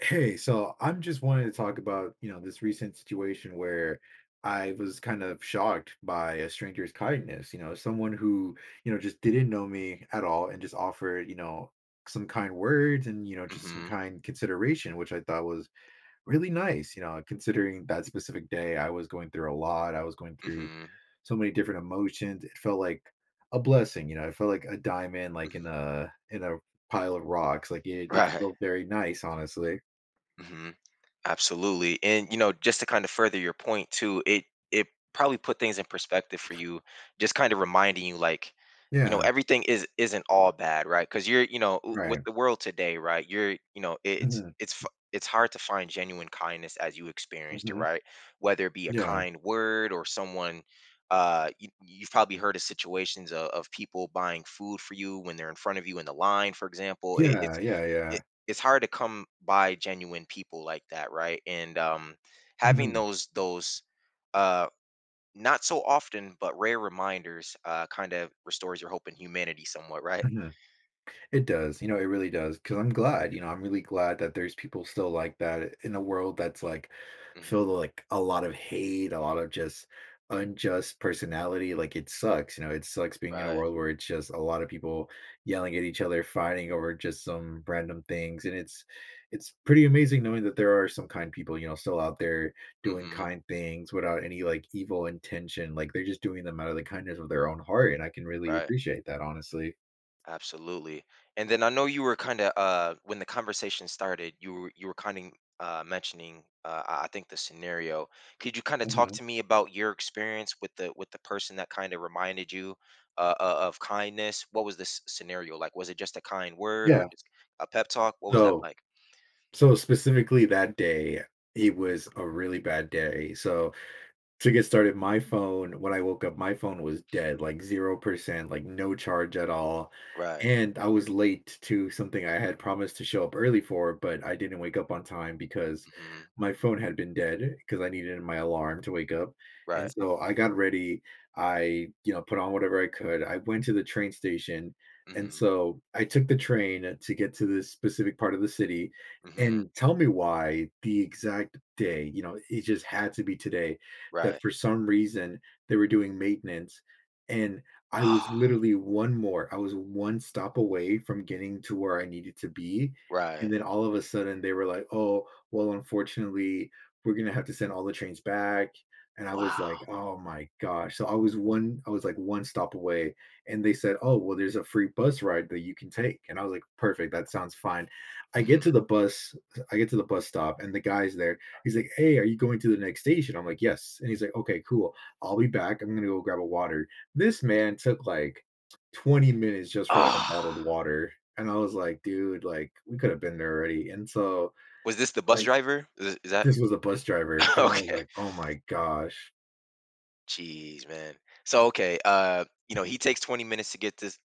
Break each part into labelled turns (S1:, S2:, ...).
S1: Hey, so I'm just wanting to talk about this recent situation where I was kind of shocked by a stranger's kindness someone who just didn't know me at all and just offered some kind words and just some
S2: Mhm,
S1: kind consideration, which I thought was really nice considering that specific day I was going through a lot. I was going through
S2: mhm,
S1: so many different emotions. It felt like a blessing it felt like a diamond like in
S2: mhm.
S1: a pile of rocks. Like it it
S2: Right.
S1: felt very nice, honestly.
S2: Mhm. Absolutely. And, you know, just to kind of further your point too, it probably put things in perspective for you, just kind of reminding you like, you know,
S1: Yeah,
S2: everything is isn't all bad, right? Because you're, you know, with
S1: right.
S2: the world today, right? You're, you know, it's
S1: Mhm,
S2: it's f- it's hard to find genuine kindness as you experienced it,
S1: mhm.
S2: right? Whether it be a
S1: Yeah.
S2: kind word or someone you, you've probably heard
S1: Yeah, yeah, yeah.
S2: it, it's hard to come by genuine people like that, right? And having
S1: Mhm,
S2: those uh, not so often but rare reminders kind of restores your hope in humanity somewhat, right?
S1: mhm. It does it really does, because 'cause I'm glad I'm really glad that there's people still like that in a world that's, like, filled
S2: hmm
S1: with, like, a lot of hate, a lot of just unjust personality, like, it sucks it sucks being in a
S2: Right.
S1: world where it's just a lot of people yelling at each other, fighting over just some random things, and it's pretty amazing knowing that there are some kind people still out there doing
S2: hmm
S1: kind things without any, like, evil intention, like, they're just doing them out of the kindness of their own heart, and I can really
S2: Right.
S1: appreciate that, honestly.
S2: Absolutely. And then I know you were kind of when the conversation started, you were kind of mentioning uh, I think the scenario. Could you kind of talk
S1: Mhm.
S2: to me about your experience with the person that kind of reminded you of kindness? What was this scenario like? Was it just a kind word
S1: Yeah.
S2: or just a pep talk? What was that
S1: So
S2: like?
S1: so specifically that day, it was a really bad day, so to get started, my phone, when I woke up, my phone was dead, like 0%, like no charge at all.
S2: Right.
S1: And I was late to something I had promised to show up early for, but I didn't wake up on time because
S2: Mm-hmm.
S1: my phone had been dead because I needed my alarm to wake up. And
S2: Right.
S1: so I got ready. I put on whatever I could. I went to the train station. And
S2: Mm-hmm.
S1: so I took the train to get to this specific part of the city.
S2: Mm-hmm.
S1: And tell me why the exact day it just had to be today that
S2: Right.
S1: for some reason they were doing maintenance, and I was
S2: Ah,
S1: literally 1 more I was 1 stop away from getting to where I needed to be,
S2: right.
S1: and then all of a sudden, they were like, "Oh, well, unfortunately, we're gonna have to send all the trains back," and I was
S2: Wow.
S1: like, "Oh my gosh." So I was 1 I was, like, 1 stop away, and they said, "Oh, well, there's a free bus ride that you can take," and I was like, "Perfect, that sounds fine." I get
S2: Mm-hmm.
S1: to the bus I get to the bus stop, and the guy's there. He's like, "Hey, are you going to the next station?" I'm like, "Yes." And he's like, "Okay, cool. I'll be back. I'm gonna go grab a water." This man took like 20 minutes just for like a
S2: Ah,
S1: bottled water, and I was like, "Dude, like we could have been there already." And so
S2: was this the bus
S1: like
S2: driver? Is that
S1: this was a bus driver, and I was
S2: okay?
S1: like, "Oh my gosh."
S2: Jeez, man. So okay, you know, he takes 20 minutes to get this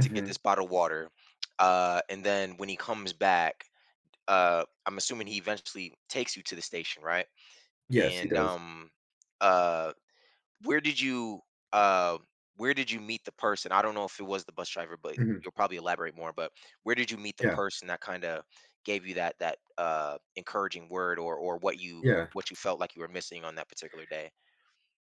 S2: to get this bottle of water. And then when he comes back, I'm assuming he eventually takes you to the station, right?
S1: Yes, he
S2: And
S1: does.
S2: um uh where did you uh where did you meet the person? I don't know if it was the bus driver, but
S1: Mhm.
S2: you'll probably elaborate more, but where did you meet the
S1: Yeah.
S2: person that kind of gave you that encouraging word or
S1: Yeah.
S2: what you felt like you were missing on that particular day?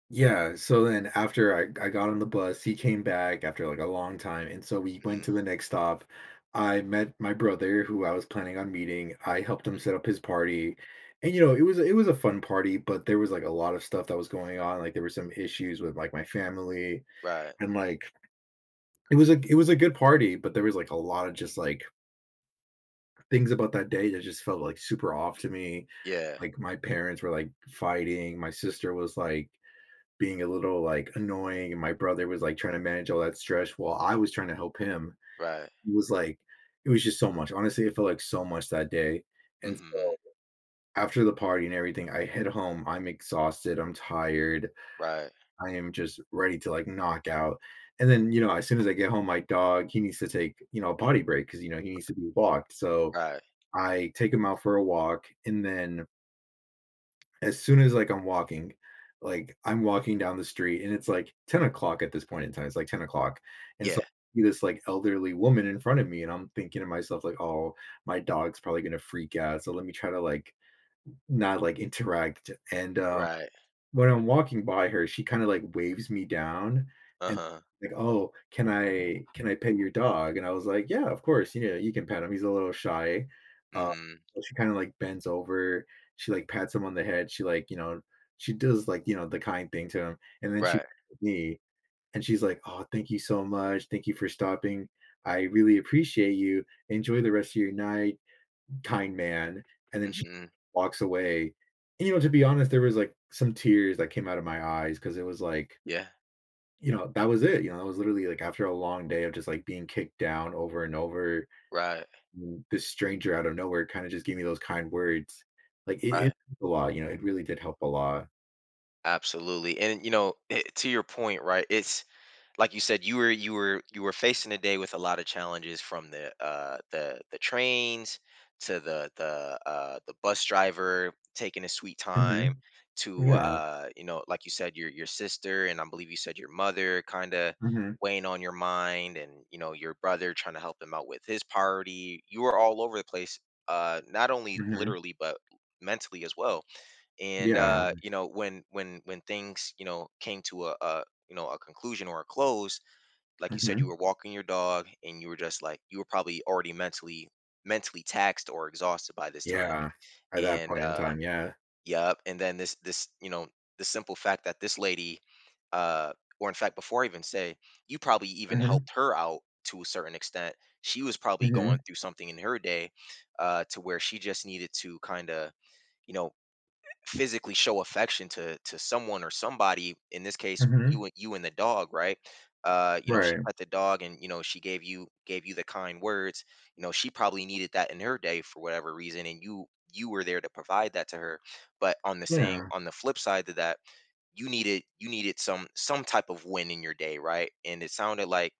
S1: Yeah, so then after I got on the bus, he came back after, like, a long time, and so we went
S2: hmm
S1: to the next stop. I met my brother who I was planning on meeting, I helped him
S2: hmm
S1: set up his party, and it was a fun party, but there was, like, a lot of stuff that was going on, like, there were some issues with, like, my family,
S2: Right.
S1: and, like, it was a good party, but there was, like, a lot of just, like, things about that day that just felt, like, super off to me.
S2: Yeah.
S1: Like, my parents were, like, fighting, my sister was, like, being a little, like, annoying, and my brother was, like, trying to manage all that stress while I was trying to help him.
S2: Right.
S1: It was, like it was just so much. Honestly, it felt like so much that day, and so
S2: Mhm.
S1: after the party and everything, I head home, I'm exhausted, I'm tired,
S2: Right.
S1: I am just ready to, like, knock out, and then as soon as I get home, my dog, he needs to take a potty break because he needs to be walked, so
S2: Right.
S1: I take him out for a walk, and then as soon as like I'm walking down the street and it's like 10 o'clock at this point in time. It's like 10 o'clock. And so
S2: Yeah.
S1: I see this like elderly woman in front of me and I'm thinking to myself, like, oh, my dog's probably gonna freak out. So let me try to like not like interact. And
S2: Right.
S1: when I'm walking by her, she kinda, like, waves me down and
S2: Uh-huh.
S1: like, "Oh, can I pet your dog?" And I was like, "Yeah, of course you can pet him, he's a little shy." Uh,
S2: Mhm.
S1: so she kinda, like, bends over, she, like, pats him on the head, she, like, she does, like the kind thing to him, and then she
S2: Right.
S1: looks at me, and she's like, "Oh, thank you so much, thank you for stopping, I really appreciate you, enjoy the rest of your night." Kind man, and
S2: Mm.
S1: then she
S2: Mhm.
S1: walks away. And to be honest, there was, like, some tears that came out of my eyes because it was like
S2: Yeah.
S1: that was it that was literally, like, after a long day of just, like, being kicked down over and over,
S2: Right.
S1: this stranger out of nowhere kinda just gave me those kind words. Like, it
S2: Right.
S1: helped a lot it really did help a lot.
S2: Absolutely. And you know, it, to your point, right? It's like you said, you were facing a day with a lot of challenges from the trains to the bus driver taking his sweet time
S1: Mhm.
S2: to
S1: Yeah.
S2: you know like you said your sister, and I believe you said your mother kind of
S1: Mhm.
S2: weighing on your mind, and you know your brother trying to help him out with his priority. You were all over the place, not only
S1: Mhm.
S2: literally but mentally as well. And
S1: Yeah.
S2: you know, when things, you know, came to a, you know, a conclusion or a close, like you said you
S1: Mhm.
S2: were walking your dog and you were just like you were probably already mentally taxed or exhausted by this time,
S1: Yeah. At that
S2: and
S1: point in time, yeah.
S2: yep. And then this you know, the simple fact that this lady, uh or in fact before I even say, you probably even
S1: Mhm.
S2: helped her out to a certain extent. She was probably going
S1: Mhm.
S2: through something in her day, to where she just needed to kind of, you know, physically show affection to someone or somebody, in this case you,
S1: Mhm.
S2: and you and the dog, right? You know, she
S1: Right.
S2: pet the dog, and you know, she gave you the kind words. You know, she probably needed that in her day for whatever reason, and you were there to provide that to her. But on the same,
S1: Yeah.
S2: on the flip side to that, you needed some type of win in your day, right? And it sounded like,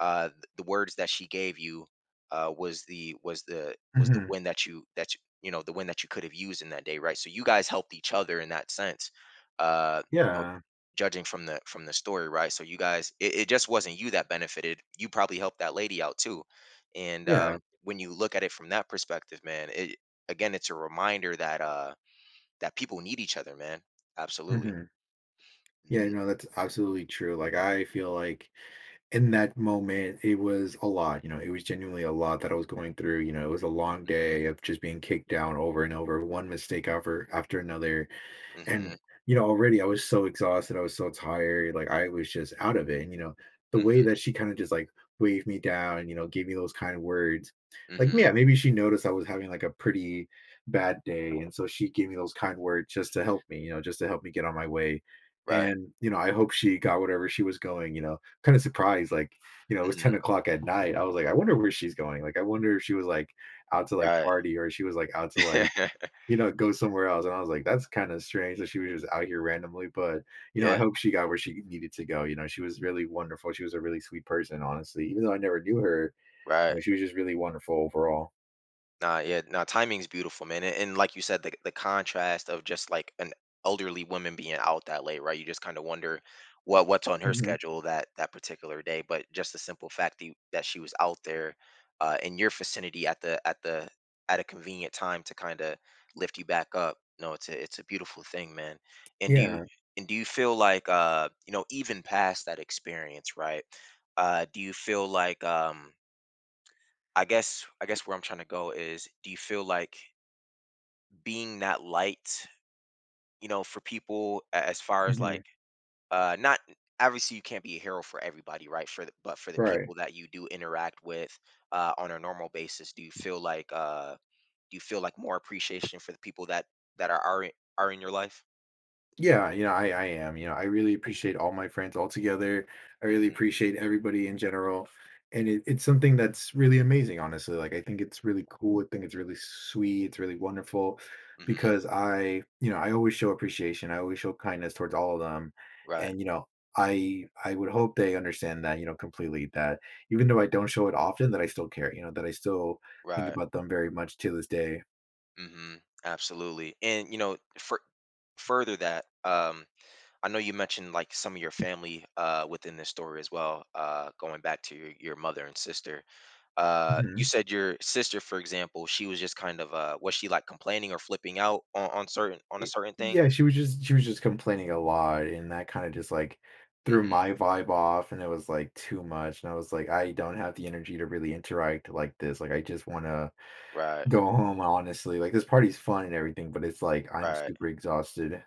S2: the words that she gave you, uh, was the was the
S1: Mhm.
S2: win that you know, the win that you could have used in that day, right? So you guys helped each other in that sense, uh, you know,
S1: Yeah.
S2: judging from the story, right? So you guys, it just wasn't you that benefited. You probably helped that lady out too, and
S1: Yeah.
S2: when you look at it from that perspective, man, it again, it's a reminder that that people need each other, man. Absolutely.
S1: Mhm. Yeah,
S2: Mhm.
S1: no, that's absolutely true. Like, I feel like in that moment, it was a lot. It was genuinely a lot that I was going through. It was a long
S2: Mhm,
S1: day of just being kicked down over and over, one mistake after another. And
S2: mhm,
S1: already I was so exhausted, I was so tired, like I was just out of it. And the
S2: mhm,
S1: way that she kind of just like waved me down gave me those kind words. Like, yeah,
S2: mhm,
S1: maybe she noticed I was having like a pretty bad day. And so she gave me those kind words just to help me just to help me get on my way.
S2: right,
S1: And I hope she got whatever she was going kind of surprised. Like, it was 10
S2: mhm,
S1: o'clock at night. I was like, I wonder where she's going. Like, I wonder if she was like out to like
S2: right.
S1: party or she was like out to like go somewhere else. And I was like, that's kind of strange that she was just out here randomly. But I
S2: Yeah,
S1: hope she got where she needed to go. She was really wonderful. She was a really sweet person, honestly. Even though I never knew her
S2: right.
S1: she was just really wonderful overall.
S2: Nah, yeah, nah, timing's beautiful, man. And like you said, the contrast of just like an elderly woman being out that late, right? You just kind of wonder what's on her
S1: Mhm.
S2: schedule that that particular day. But just the simple fact that, you- that she was out there, in your vicinity at the at a convenient time to kind of lift you back up. No, it's a beautiful thing, man. And do you,
S1: Yeah.
S2: and do you feel like, you know, even past that experience, right? Do you feel like, I guess where I'm trying to go is, do you feel like being that light, you know, for people, as far as
S1: Mhm.
S2: like, not, obviously you can't be a hero for everybody, right? But for the
S1: Right.
S2: people that you do interact with on a normal basis, do you feel like, uh, do you feel like more appreciation for the people that that are are, in- are in your life?
S1: Yeah I am I really appreciate all my friends all together. I really
S2: Mhm.
S1: appreciate everybody in general. And it's something that's really amazing, honestly. Like I think it's really cool. I think it's really sweet. It's really wonderful
S2: Mhm.
S1: because I I always show appreciation. I always show kindness towards all of them.
S2: Right.
S1: And I would hope they understand that completely that even though I don't show it often, that I still care that I still think
S2: Right.
S1: about them very much to this day.
S2: Mhm. Absolutely. And you know, for further that, I know you mentioned like some of your family within this story as well, going back to your mother and sister. You
S1: Mhm.
S2: said your sister, for example, she was just kind of, was she like complaining or flipping out on certain, on a
S1: Y
S2: certain thing?
S1: yeah, she was just complaining a lot, and that kinda just, like, threw
S2: hmm
S1: my vibe off, and it was, like, too much, and I was like, "I don't have the energy to really interact like this, like, I just wanna
S2: Right,
S1: go home, honestly, like, this party's fun and everything, but it's like, I'm
S2: right,
S1: super exhausted."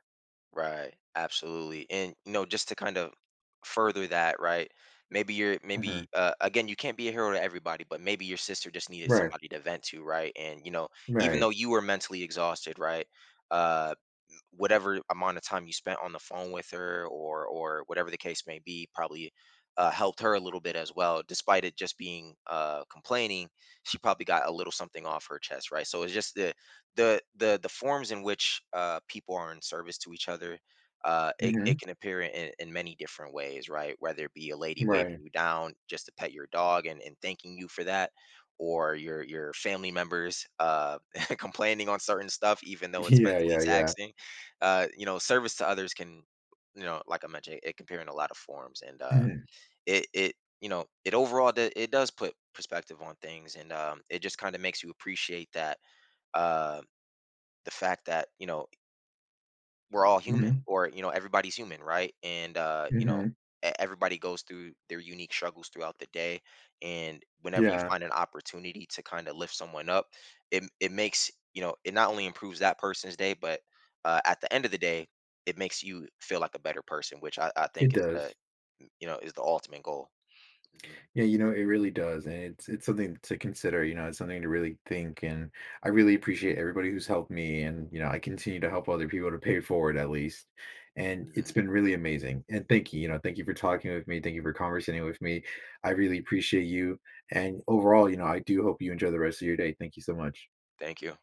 S2: right. Absolutely. And you know, just to kind of further that, right? Maybe you're,
S1: Mhm.
S2: maybe again, you can't be a hero to everybody, but maybe your sister just needed
S1: Right.
S2: somebody to vent to, right? And you know, even
S1: Right.
S2: though you were mentally exhausted, right? Uh, whatever amount of time you spent on the phone with her, or whatever the case may be, probably helped her a little bit as well, despite it just being, complaining, she probably got a little something off her chest, right? So it's just the, the forms in which, people are in service to each other, it
S1: Mhm.
S2: can appear in many different ways, right? Whether it be a lady
S1: Right.
S2: waving you down just to pet your dog, and thanking you for that, or your family members, complaining on certain stuff, even though it's
S1: Yeah,
S2: mentally
S1: yeah, yeah.
S2: taxing, you know, service to others can, you know, like I mentioned, it can appear in a lot of forms, and,
S1: Mhm.
S2: it it you know, it overall it does put perspective on things. And it just kind of makes you appreciate that, uh, the fact that, you know, we're all human,
S1: Mhm.
S2: or you know, everybody's human, right? And you know,
S1: Mhm.
S2: everybody goes through their unique struggles throughout the day, and whenever you
S1: Yeah.
S2: find an opportunity to kind of lift someone up, it makes, you know, it not only improves that person's day, but at the end of the day, it makes you feel like a better person, which I
S1: It
S2: think is the,
S1: does.
S2: you know, is the ultimate goal. hmm
S1: Yeah it really does. And it's something to consider it's something to really think. And I really appreciate everybody who's helped me. And I continue to help other people to pay it forward at least. And it's
S2: hmm
S1: been really amazing. And thank you thank you for talking with me. Thank you for conversating with me. I really appreciate you. And overall I do hope you enjoy the rest of your day. Thank you so much.
S2: Thank you.